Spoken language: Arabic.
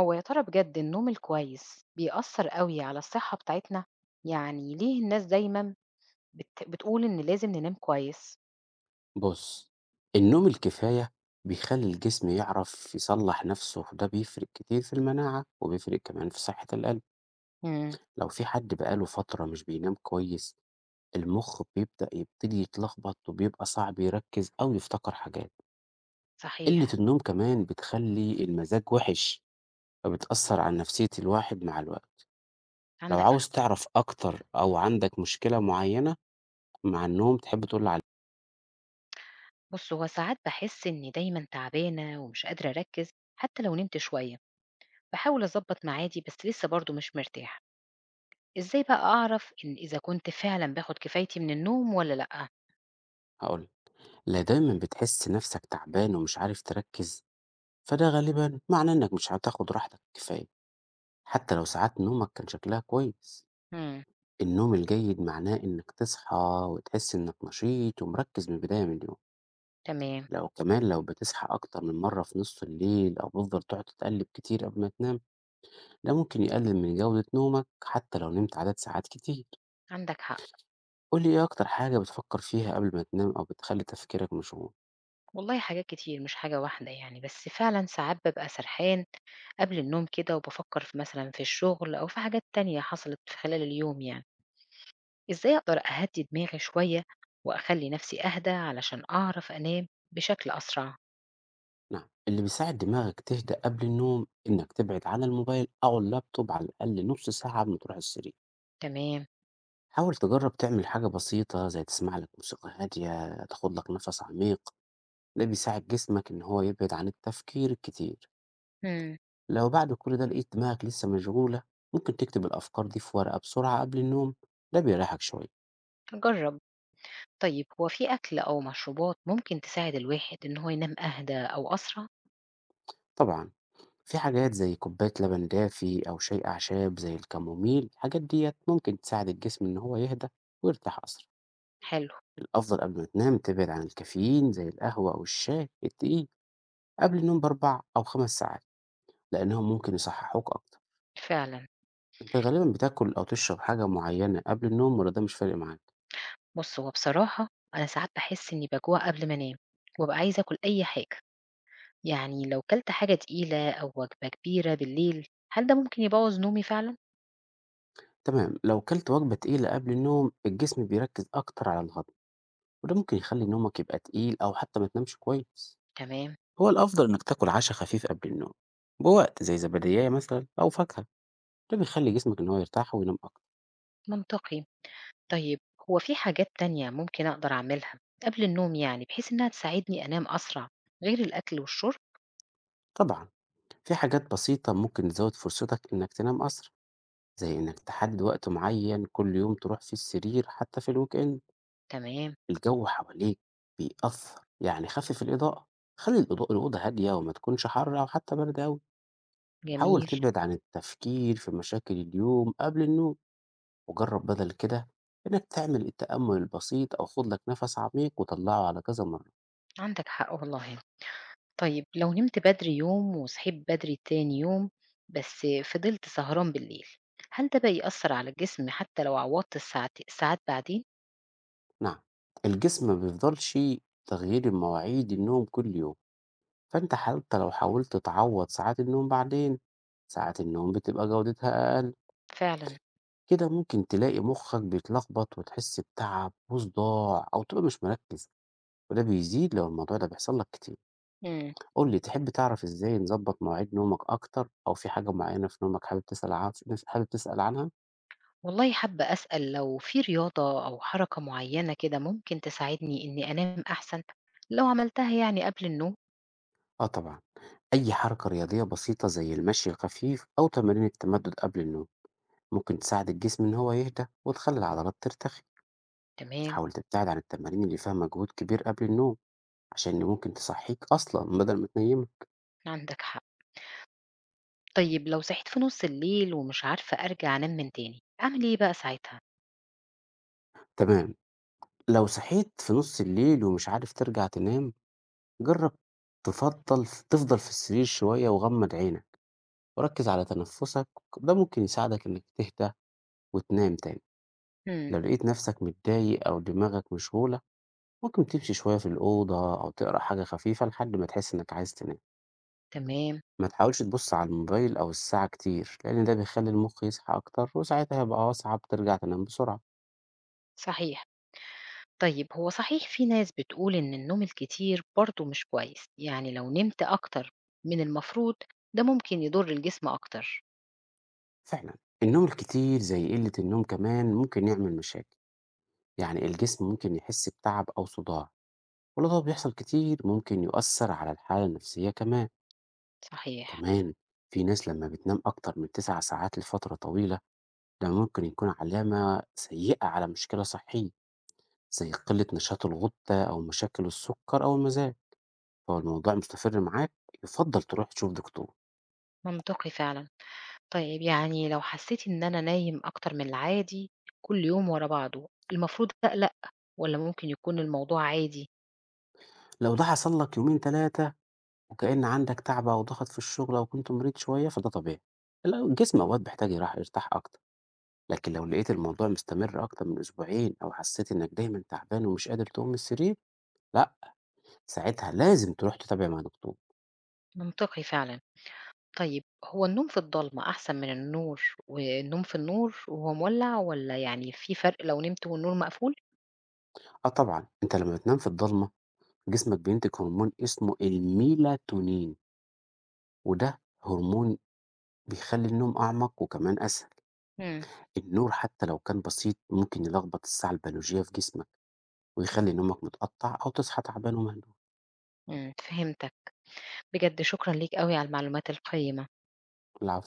هو يا ترى بجد النوم الكويس بيأثر قوي على الصحة بتاعتنا؟ يعني ليه الناس دايما بتقول إن لازم ننام كويس؟ بُص، النوم الكفاية بيخلّي الجسم يعرف يصلّح نَفْسه وده بيفرق كتير في المناعة وبيفرق كمان في صحّة القلب. امم. لو في حد بقى له فترة مش بينام كويس، المُخ يبتدي يتلخبط وبيبقى صعب يركّز أو يفتكر حاجات. قِلّة صحيح. النوم كمان بتخلّي المزاج وِحِش، فبتأثّر على نفسية الواحد مع الوقت. لو عندك عاوز حق. تعرف أكتر أو عندك مشكلة معيّنة مع النوم تحب تقول لي علي بص، هو ساعات بحس إني دايما تعبانة ومش قادرة أركز، حتى لو نمت شوية. بحاول أظبط ميعادي بس لسه برضو مش مرتاحة. إزاي بقى أعرف إن إذا كنت فعلا باخد كفايتي من النوم ولا لأ؟ هاقول لك. لا دايمًا بتحس نَفْسك تعبان ومش عارف تركّز؟ فده غالبًا معناه إنك مش هتاخد راحتك كفاية، حتى لو ساعات نومك كان شكلها كويس. امم. النوم الجيد معناه إنك تصحى وتحس إنك نشيط ومركز من البداية من اليوم. تمام. لو كمان لو بتصحى أكتر من مرة في نص الليل أو بتفضل تقعد تتقلب كتير قبل ما تنام، ده ممكن يقلل من جودة نومك حتى لو نمت عدد ساعات كتير. عندك حق. قُل لي إيه أكتر حاجة بتفكر فيها قبل ما تنام أو بتخلي تفكيرك مشغول؟ والله حاجات كتير، مش حاجة واحدة يعني، بس فعلا ساعات ببقى سرحان قبل النوم كده، وبافكر في مثلًا في الشغل أو في حاجات تانية حصلت في خلال اليوم يعني، إزاي أقدر أهدّي دماغي شوية وأخلّي نفسي أهدى علشان أعرف أنام بشكل أسرع؟ نعم، اللي بيساعد دماغك تهدأ قبل النوم إنك تبعد عن الموبايل أو اللابتوب على الأقل نص ساعة قبل ما تروح السرير. تمام. حاول تجرب تعمل حاجة بسيطة زي تسمع لك موسيقى هادية تاخد لك نفس عميق، ده بيساعد جسمك إن هو يبعد عن التفكير الكتير. إمم. لو بعد كل ده لقيت دماغك لسه مشغولة ممكن تكتب الأفكار دي في ورقة بسرعة قبل النوم، ده بيريحك شوية. هاجرّب. طيب، هو في أكل أو مشروبات ممكن تساعد الواحد إن هو ينام أهدى أو أسرع؟ طبعا في حاجات زي كوباية لبن دافي أو شاي أعشاب زي الكاموميل، الحاجات ديت ممكن تساعد الجسم إن هو يهدى ويرتاح أسرع. حلو. الأفضل قبل ما تنام تبعد عن الكافيين زي القهوة أو الشاي التقيل قبل النوم بأربع أو خمس ساعات، لأنهم ممكن يصحّحوك أكتر. فعلًا. أنت غالبًا بتاكل أو تشرب حاجة معيّنة قبل النوم والّا ده مش فارق معاك؟ بُص، هو بصراحة أنا ساعات باحس إني باجوع قبل ما أنام، وابقى عايزة آكل أي حاجة. يعني لو كلت حاجة تقيلة أو وجبة كبيرة بالليل، هل ده ممكن يبوّظ نومي فعلًا؟ تمام، لو كلت وجبة تقيلة قبل النوم، الجسم بيركّز أكتر على الهضم، وده ممكن يخلّي نومك يبقى تقيل أو حتى ما تنامش كويس. تمام. هو الأفضل إنك تاكل عشا خفيف قبل النوم، بوقت زي زباديّة مثلًا أو فاكهة، ده بيخلّي جسمك إن هو يرتاح وينام أكتر. منطقي. طيب، هو في حاجات تانية ممكن أقدر أعملها قبل النوم يعني، بحيث إنها تساعدني أنام أسرع، غير الأكل والشرب؟ طبعًا في حاجات بسيطة ممكن تزوّد فرصتك إنك تنام أسرع، زي إنك تحدد وقت معيّن كل يوم تروح فيه السرير حتى في الweekend. تمام. الجو حواليك بيأثر، يعني خفف الإضاءة، خلي الإضاءة الأوضة هادية وما تكونش حارة أو حتى باردة أوي. حاول جميل. تبعد عن التفكير في مشاكل اليوم قبل النوم وجرب بدل كده إنك تعمل التأمل البسيط أو خد لك نفس عميق وطلعه على كذا مرة. عندك حق والله. طيب، لو نمت بدري يوم وصحيت بدري تاني يوم، بس فضلت سهران بالليل، هل ده بقى يأثر على الجسم حتى لو عوضت الساعات بعدين؟ نعم الجسم ما بيفضلش تغيير مواعيد النوم كل يوم، فأنت حتى لو حاولت تعوض ساعات النوم بعدين ساعات النوم بتبقى جودتها أقل. فعلا. كده ممكن تلاقي مخك بيتلخبط وتحس بتعب وصداع أو تبقى مش مركز، وده بيزيد لو الموضوع ده بيحصل لك كتير. مم. قول لي تحب تعرف ازاي نظبط مواعيد نومك أكتر أو في حاجة معينة في نومك حابب تسأل عنها؟ والله حابة أسأل، لو في رياضة أو حركة معينة كده ممكن تساعدني إني أنام أحسن، لو عملتها يعني قبل النوم. آه طبعا أي حركة رياضية بسيطة زي المشي الخفيف أو تمارين التمدد قبل النوم ممكن تساعد الجسم إن هو يهدى وتخلي العضلات ترتخي. تمام. حاول تبتعد عن التمارين اللي فيها مجهود كبير قبل النوم عشان ممكن تصحيك أصلا بدل ما تنيمك. عندك حق. طيب، لو صحيت في نص الليل ومش عارفة أرجع أنام من تاني، أعمل إيه بقى ساعتها؟ تمام، لو صحيت في نُص الليل ومش عارف ترجع تنام، جرّب تفضل في السرير شوية وغمّض عينك وركّز على تنفُّسك، ده ممكن يساعدك إنك تهدى وتنام تاني. مم. لو لقيت نفسك متضايق أو دماغك مشغولة، ممكن تمشي شوية في الأوضة أو تقرا حاجة خفيفة لحد ما تحس إنك عايز تنام. تمام. ما تحاولش تبُص على الموبايل أو الساعة كتير، لإن ده بيخلّي المُخ يصحى أكتر وساعتها بقى أصعب ترجع تنام بسرعة. صحيح. طيب، هو صحيح في ناس بتقول إن النوم الكتير برضه مش كويس؟ يعني لو نمت أكتر من المفروض، ده ممكن يضر الجسم أكتر؟ فعلًا، النوم الكتير زي قِلّة النوم كمان ممكن يعمل مشاكل. يعني الجسم ممكن يحس بتعب أو صداع ولو ده بيحصل كتير ممكن يؤثر على الحالة النفسية كمان. صحيح. كمان في ناس لما بتنام أكتر من 9 ساعات لفترة طويلة ده ممكن يكون علامة سيئة على مشكلة صحية، زي قلة نشاط الغدة أو مشاكل السكر أو المزاج. لو الموضوع مستمر معاك يفضل تروح تشوف دكتور. منطقي فعلا. طيب، يعني لو حسيت إن أنا نايم أكتر من العادي كل يوم ورا بعضه، المفروض أقلق ولا ممكن يكون الموضوع عادي؟ لو ده حصل لك يومين ثلاثة وكأن عندك تعب أو ضغط في الشغل أو كنت مريض شوية فده طبيعي. لا، الجسم أوقات بيحتاج يرتاح أكتر. لكن لو لقيت الموضوع مستمر أكتر من أسبوعين أو حسيت إنك دايما تعبان ومش قادر تقوم من السرير، لأ، ساعتها لازم تروح تتابع مع دكتور. منطقي فعلا. طيب، هو النوم في الضلمة أحسن من النور، والنوم في النور وهو مولّع؟ والّا يعني في فرق لو نمت والنور مقفول؟ آه طبعا أنت لما بتنام في الضلمة جسمك بينتج هرمون اسمه الميلاتونين، وده هرمون بيخلي النوم أعمق وكمان أسهل. إمم. النور حتى لو كان بسيط ممكن يلخبط الساعة البيولوجية في جسمك ويخلي نومك متقطع أو تصحى تعبان ومهدوء. إمم، فهمتك. بجد شكرًا ليك أوي على المعلومات القيّمة. العفو.